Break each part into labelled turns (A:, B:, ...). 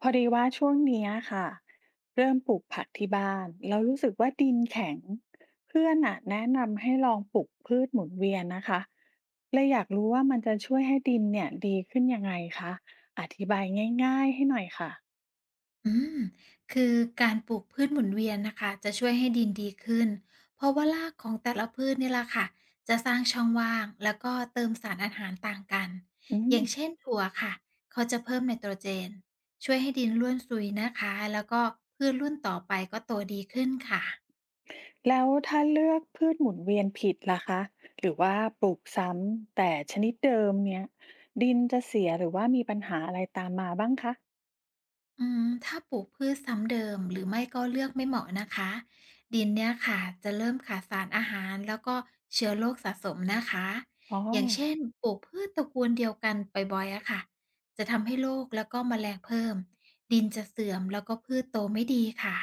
A: พอดีว่าช่วงเนี้ยค่ะเริ่มปลูกผักที่บ้านแล้วรู้สึกว่าดินแข็งเพื่อนอะแนะนำให้ลองปลูกพืชหมุนเวียนนะคะเลยอยากรู้ว่ามันจะช่วยให้ดินเนี่ยดีขึ้นยังไงคะอธิบายง่ายๆให้หน่อยค่ะ
B: อืมคือการปลูกพืชหมุนเวียนนะคะจะช่วยให้ดินดีขึ้นเพราะว่ารากของแต่ละพืชนี่แหละค่ะจะสร้างช่องว่างแล้วก็เติมสารอาหารต่างกัน
A: อื
B: อ
A: ม
B: ย่างเช่นถั่วค่ะเขาจะเพิ่มไนโตรเจนช่วยให้ดินร่วนซุยนะคะแล้วก็พืชรุ่นต่อไปก็โตดีขึ้นค่ะ
A: แล้วถ้าเลือกพืชหมุนเวียนผิดล่ะคะหรือว่าปลูกซ้ำแต่ชนิดเดิมเนี่ยดินจะเสียหรือว่ามีปัญหาอะไรตามมาบ้างคะ
B: ถ้าปลูกพืชซ้ำเดิมหรือไม่ก็เลือกไม่เหมาะนะคะดินเนี่ยค่ะจะเริ่มขาดสารอาหารแล้วก็เชื้อโรคสะสมนะคะ
A: อ๋อ
B: อย่างเช่นปลูกพืชตระกูลเดียวกันบ่อยๆอะค่ะจะทำให้โรคแล้วก็แมลงเพิ่มดินจะเสื่อมแล้วก็พืชโตไม่ดีค่ะ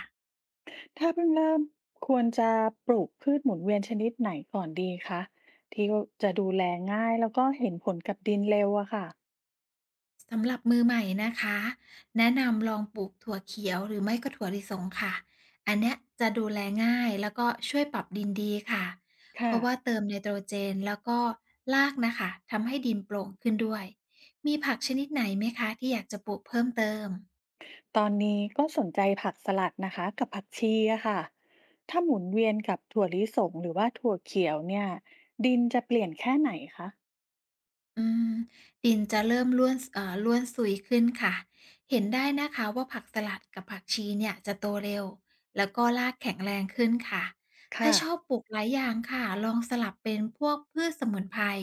A: ถ้าเพิ่งเริ่มควรจะปลูกพืชหมุนเวียนชนิดไหนก่อนดีคะที่จะดูแลง่ายแล้วก็เห็นผลกับดินเร็วอะค่ะ
B: สำหรับมือใหม่นะคะแนะนำลองปลูกถั่วเขียวหรือไม่ก็ถั่วลิสงค่ะอันเนี้ยจะดูแลง่ายแล้วก็ช่วยปรับดินดีค่ะเพ
A: ค่ะ
B: ราะว่าเติมไนโตรเจนแล้วก็รากนะคะทำให้ดินโปร่งขึ้นด้วยมีผักชนิดไหนไหมคะที่อยากจะปลูกเพิ่มเติม
A: ตอนนี้ก็สนใจผักสลัดนะคะกับผักชีอะค่ะถ้าหมุนเวียนกับถั่วลิสงหรือว่าถั่วเขียวเนี่ยดินจะเปลี่ยนแค่ไหนคะ
B: อืมดินจะเริ่มร่วนสเอ่อร่วนซุยขึ้นค่ะเห็นได้นะคะว่าผักสลัดกับผักชีเนี่ยจะโตเร็วแล้วก็รากแข็งแรงขึ้นค่ะถ้า
A: ค่ะ
B: ชอบปลูกหลายอย่างค่ะลองสลับเป็นพวกพืชสมุนไพร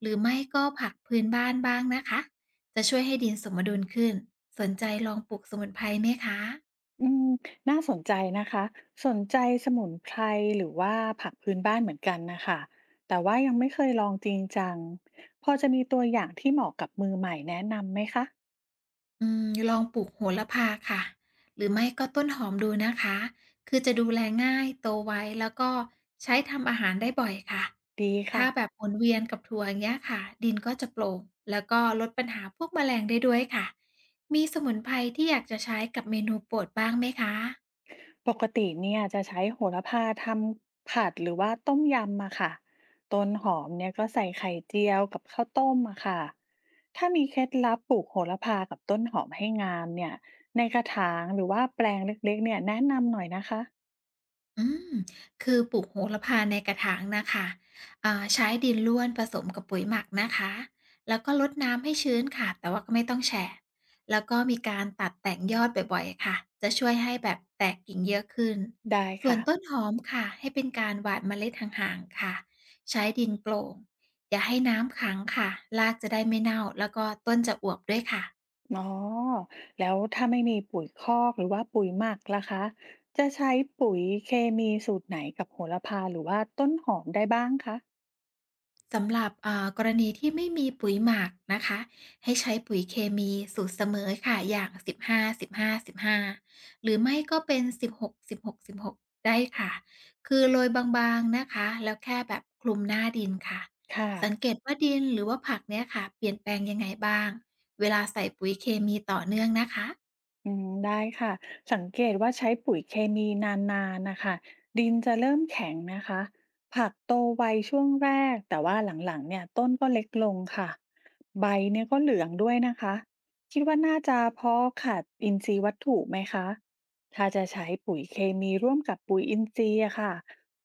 B: หรือไม่ก็ผักพื้นบ้านบ้างนะคะจะช่วยให้ดินสมดุลขึ้นสนใจลองปลูกสมุนไพรไหมคะ
A: อืมน่าสนใจนะคะสนใจสมุนไพรหรือว่าผักพื้นบ้านเหมือนกันนะคะแต่ว่ายังไม่เคยลองจริงจังพอจะมีตัวอย่างที่เหมาะกับมือใหม่แนะนำไหมคะ
B: ลองปลูกโหระพาค่ะหรือไม่ก็ต้นหอมดูนะคะคือจะดูแลง่ายโตไวแล้วก็ใช้ทำอาหารได้บ่อยค่ะ
A: ดี
B: ถ้า
A: ค่ะ
B: แบบหมุนเวียนกับถั่วอย่างเงี้ยค่ะดินก็จะโปร่งแล้วก็ลดปัญหาพวกแมลงได้ด้วยค่ะมีสมุนไพรที่อยากจะใช้กับเมนูโปรดบ้างไหมคะ
A: ปกติเนี่ยจะใช้โหระพาทำผัดหรือว่าต้มยำมาค่ะต้นหอมเนี่ยก็ใส่ไข่เจียวกับข้าวต้มมาค่ะถ้ามีเคล็ดลับปลูกโหระพากับต้นหอมให้งามเนี่ยในกระถางหรือว่าแปลงเล็กๆเนี่ยแนะนำหน่อยนะคะ
B: อืมคือปลูกโหระพาในกระถางนะคะใช้ดินร่วนผสมกับปุ๋ยหมักนะคะ แล้วก็รดน้ำให้ชื้นค่ะ แต่ว่าก็ไม่ต้องแฉะแล้วก็มีการตัดแต่งยอดบ่อยๆค่ะ จะช่วยให้แบบแตกกิ่งเยอะขึ้น
A: ได้
B: ส่วน
A: ค่ะ
B: ต้นหอมค่ะให้เป็นการหว่านเมล็ดห่างๆค่ะใช้ดินโปร่งอย่าให้น้ำขังค่ะรากจะได้ไม่เน่าแล้วก็ต้นจะอวบด้วยค่ะ
A: อ๋อ แล้วถ้าไม่มีปุ๋ยคอกหรือว่าปุ๋ยหมักล่ะคะ จะใช้ปุ๋ยเคมีสูตรไหนกับโหระพาหรือว่าต้นหอมได้บ้างคะ
B: สำหรับกรณีที่ไม่มีปุ๋ยหมักนะคะให้ใช้ปุ๋ยเคมีสูตรเสมอค่ะอย่าง15 15 15หาสิบห้าสิบห้าหรือไม่ก็เป็น16 16 16ได้ค่ะคือโรยบางๆนะคะแล้วแค่แบบคลุมหน้าดินค่ะ
A: ค่ะ
B: สังเกตว่าดินหรือว่าผักเนี่ยค่ะเปลี่ยนแปลงยังไงบ้างเวลาใส่ปุ๋ยเคมีต่อเนื่องนะคะ
A: อืมได้ค่ะสังเกตว่าใช้ปุ๋ยเคมีนานๆนะคะดินจะเริ่มแข็งนะคะผักโตไวช่วงแรกแต่ว่าหลังๆเนี่ยต้นก็เล็กลงค่ะใบเนี่ยก็เหลืองด้วยนะคะคิดว่าน่าจะเพราะขาดอินทรีย์วัตถุไหมคะถ้าจะใช้ปุ๋ยเคมีร่วมกับปุ๋ยอินทรีย์อะค่ะ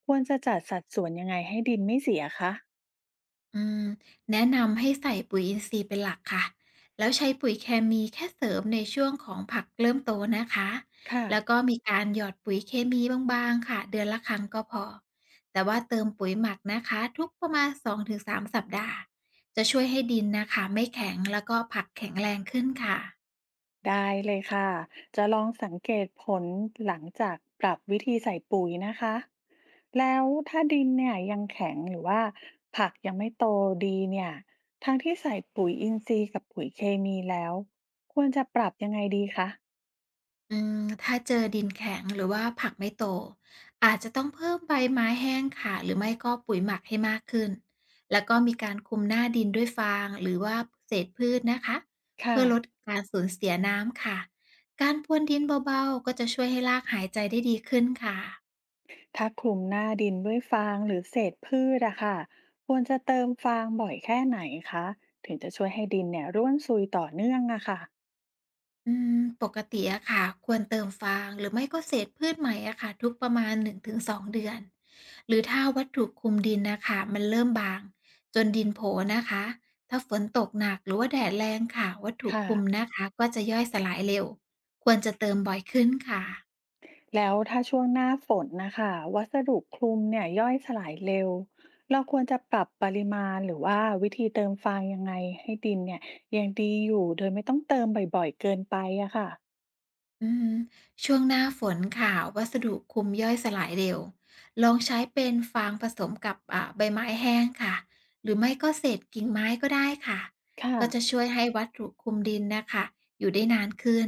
A: ควรจะจัดสัดส่วนยังไงให้ดินไม่เสียคะ
B: อืมแนะนำให้ใส่ปุ๋ยอินทรีย์เป็นหลักค่ะ แล้วใช้ปุ๋ยเคมีแค่เสริมในช่วงของผักเริ่มโตนะคะ
A: ค่ะ
B: แล้วก็มีการหยอดปุ๋ยเคมีบางๆค่ะเดือนละครั้งก็พอ แต่ว่าเติมปุ๋ยหมักนะคะทุกประมาณ2-3สามสัปดาห์จะช่วยให้ดินนะคะไม่แข็งแล้วก็ผักแข็งแรงขึ้นค่ะ
A: ได้เลยค่ะจะลองสังเกตผลหลังจากปรับวิธีใส่ปุ๋ยนะคะ แล้วถ้าดินเนี่ยยังแข็งหรือว่าผักยังไม่โตดีเนี่ยทั้งที่ใส่ปุ๋ยอินทรีย์กับปุ๋ยเคมีแล้ว ควรจะปรับยังไงดีคะ
B: ถ้าเจอดินแข็งหรือว่าผักไม่โตอาจจะต้องเพิ่มใบไม้แห้งค่ะหรือไม่ก็ปุ๋ยหมักให้มากขึ้นแล้วก็มีการคลุมหน้าดินด้วยฟางหรือว่าเศษพืชนะคะ
A: ค่ะ
B: เพื่อลดการสูญเสียน้ำค่ะการพรวนดินเบาๆก็จะช่วยให้รากหายใจได้ดีขึ้นค่ะ
A: ถ้าคลุมหน้าดินด้วยฟางหรือเศษพืชอะค่ะควรจะเติมฟางบ่อยแค่ไหนคะถึงจะช่วยให้ดินเนี่ยร่วนซุยต่อเนื่องอะค่ะ
B: ปกติอะค่ะควรเติมฟางหรือไม่ก็เศษพืชใหม่อะค่ะทุกประมาณ1-2เดือนหรือถ้าวัตถุคลุมดินนะคะมันเริ่มบางจนดินโผล่นะคะถ้าฝนตกหนักหรือว่าแดดแรงค่ะวัตถุ
A: ค่ะ
B: คลุมนะคะก็จะย่อยสลายเร็วควรจะเติมบ่อยขึ้นค่ะ
A: แล้วถ้าช่วงหน้าฝนนะคะวัสดุคลุมเนี่ยย่อยสลายเร็วเราควรจะปรับปริมาณหรือว่าวิธีเติมฟางยังไงให้ดินเนี่ยยังดีอยู่โดยไม่ต้องเติมบ่อยๆเกินไปอะค่ะ
B: อืมช่วงหน้าฝนค่ะวัสดุคุมย่อยสลายเร็วลองใช้เป็นฟางผสมกับใบไม้แห้งค่ะหรือไม่ก็เศษกิ่งไม้ก็ได้ค่ะ
A: ค่ะ
B: ก็จะช่วยให้วัสดุคุมดินนะคะอยู่ได้นานขึ้น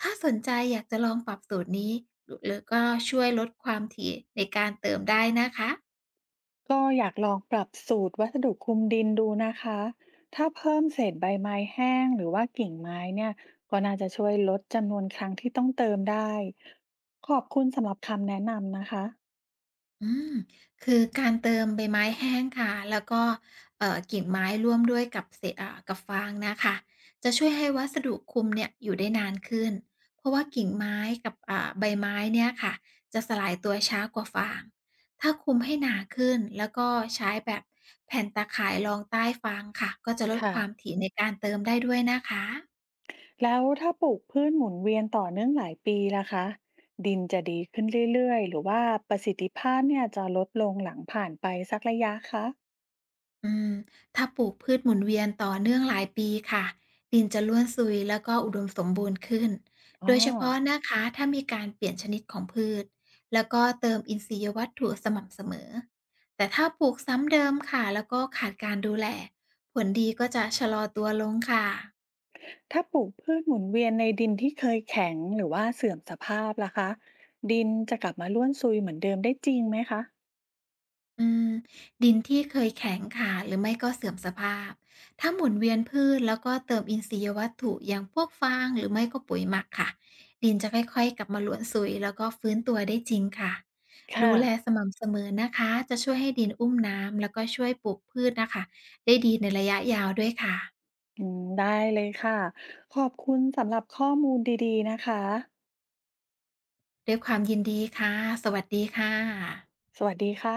B: ถ้าสนใจอยากจะลองปรับสูตรนี้หรือก็ช่วยลดความถี่ในการเติมได้นะคะ
A: ก็อยากลองปรับสูตรวัสดุคลุมดินดูนะคะถ้าเพิ่มเศษใบไม้แห้งหรือว่ากิ่งไม้เนี่ยก็น่าจะช่วยลดจำนวนครั้งที่ต้องเติมได้ขอบคุณสำหรับคำแนะนำนะคะ
B: อืมคือการเติมใบไม้แห้งค่ะแล้วก็กิ่งไม้ร่วมด้วยกับเศษกับฟางนะคะจะช่วยให้วัสดุคลุมเนี่ยอยู่ได้นานขึ้นเพราะว่ากิ่งไม้กับใบไม้เนี่ยค่ะจะสลายตัวช้ากว่าฟางถ้าคลุมให้หนาขึ้นแล้วก็ใช้แบบแผ่นตาข่ายรองใต้ฟางค่ะก็จะลด
A: ค่ะ
B: ความถี่ในการเติมได้ด้วยนะคะ
A: แล้วถ้าปลูกพืชหมุนเวียนต่อเนื่องหลายปีล่ะคะดินจะดีขึ้นเรื่อยๆหรือว่าประสิทธิภาพเนี่ยจะลดลงหลังผ่านไปสักระยะคะ
B: อืมถ้าปลูกพืชหมุนเวียนต่อเนื่องหลายปีค่ะดินจะล่วนซุยแล้วก็อุดมสมบูรณ์ขึ้น
A: อ๋
B: โด
A: อ
B: ยเฉพาะนะคะถ้ามีการเปลี่ยนชนิดของพืชแล้วก็เติมอินทรียวัตถุสม่ำเสมอแต่ถ้าปลูกซ้ำเดิมค่ะแล้วก็ขาดการดูแลผลดีก็จะชะลอตัวลงค่ะ
A: ถ้าปลูกพืชหมุนเวียนในดินที่เคยแข็งหรือว่าเสื่อมสภาพล่ะคะดินจะกลับมาร่วนซุยเหมือนเดิมได้จริงไหมคะ
B: อืมดินที่เคยแข็งค่ะหรือไม่ก็เสื่อมสภาพถ้าหมุนเวียนพืชแล้วก็เติมอินทรียวัตถุอย่างพวกฟางหรือไม่ก็ปุ๋ยหมักค่ะดินจะค่อยๆกลับมาหลวมสุยแล้วก็ฟื้นตัวได้จริงค่ะดู
A: ค่ะ
B: แลสม่ำเสมอนะคะจะช่วยให้ดินอุ้มน้ำแล้วก็ช่วยปลูกพืชนะคะได้ดีในระยะยาวด้วยค่ะ
A: อืมได้เลยค่ะขอบคุณสำหรับข้อมูลดีๆนะคะ
B: ด้วยความยินดีค่ะสวัสดีค่ะ
A: สวัสดีค่ะ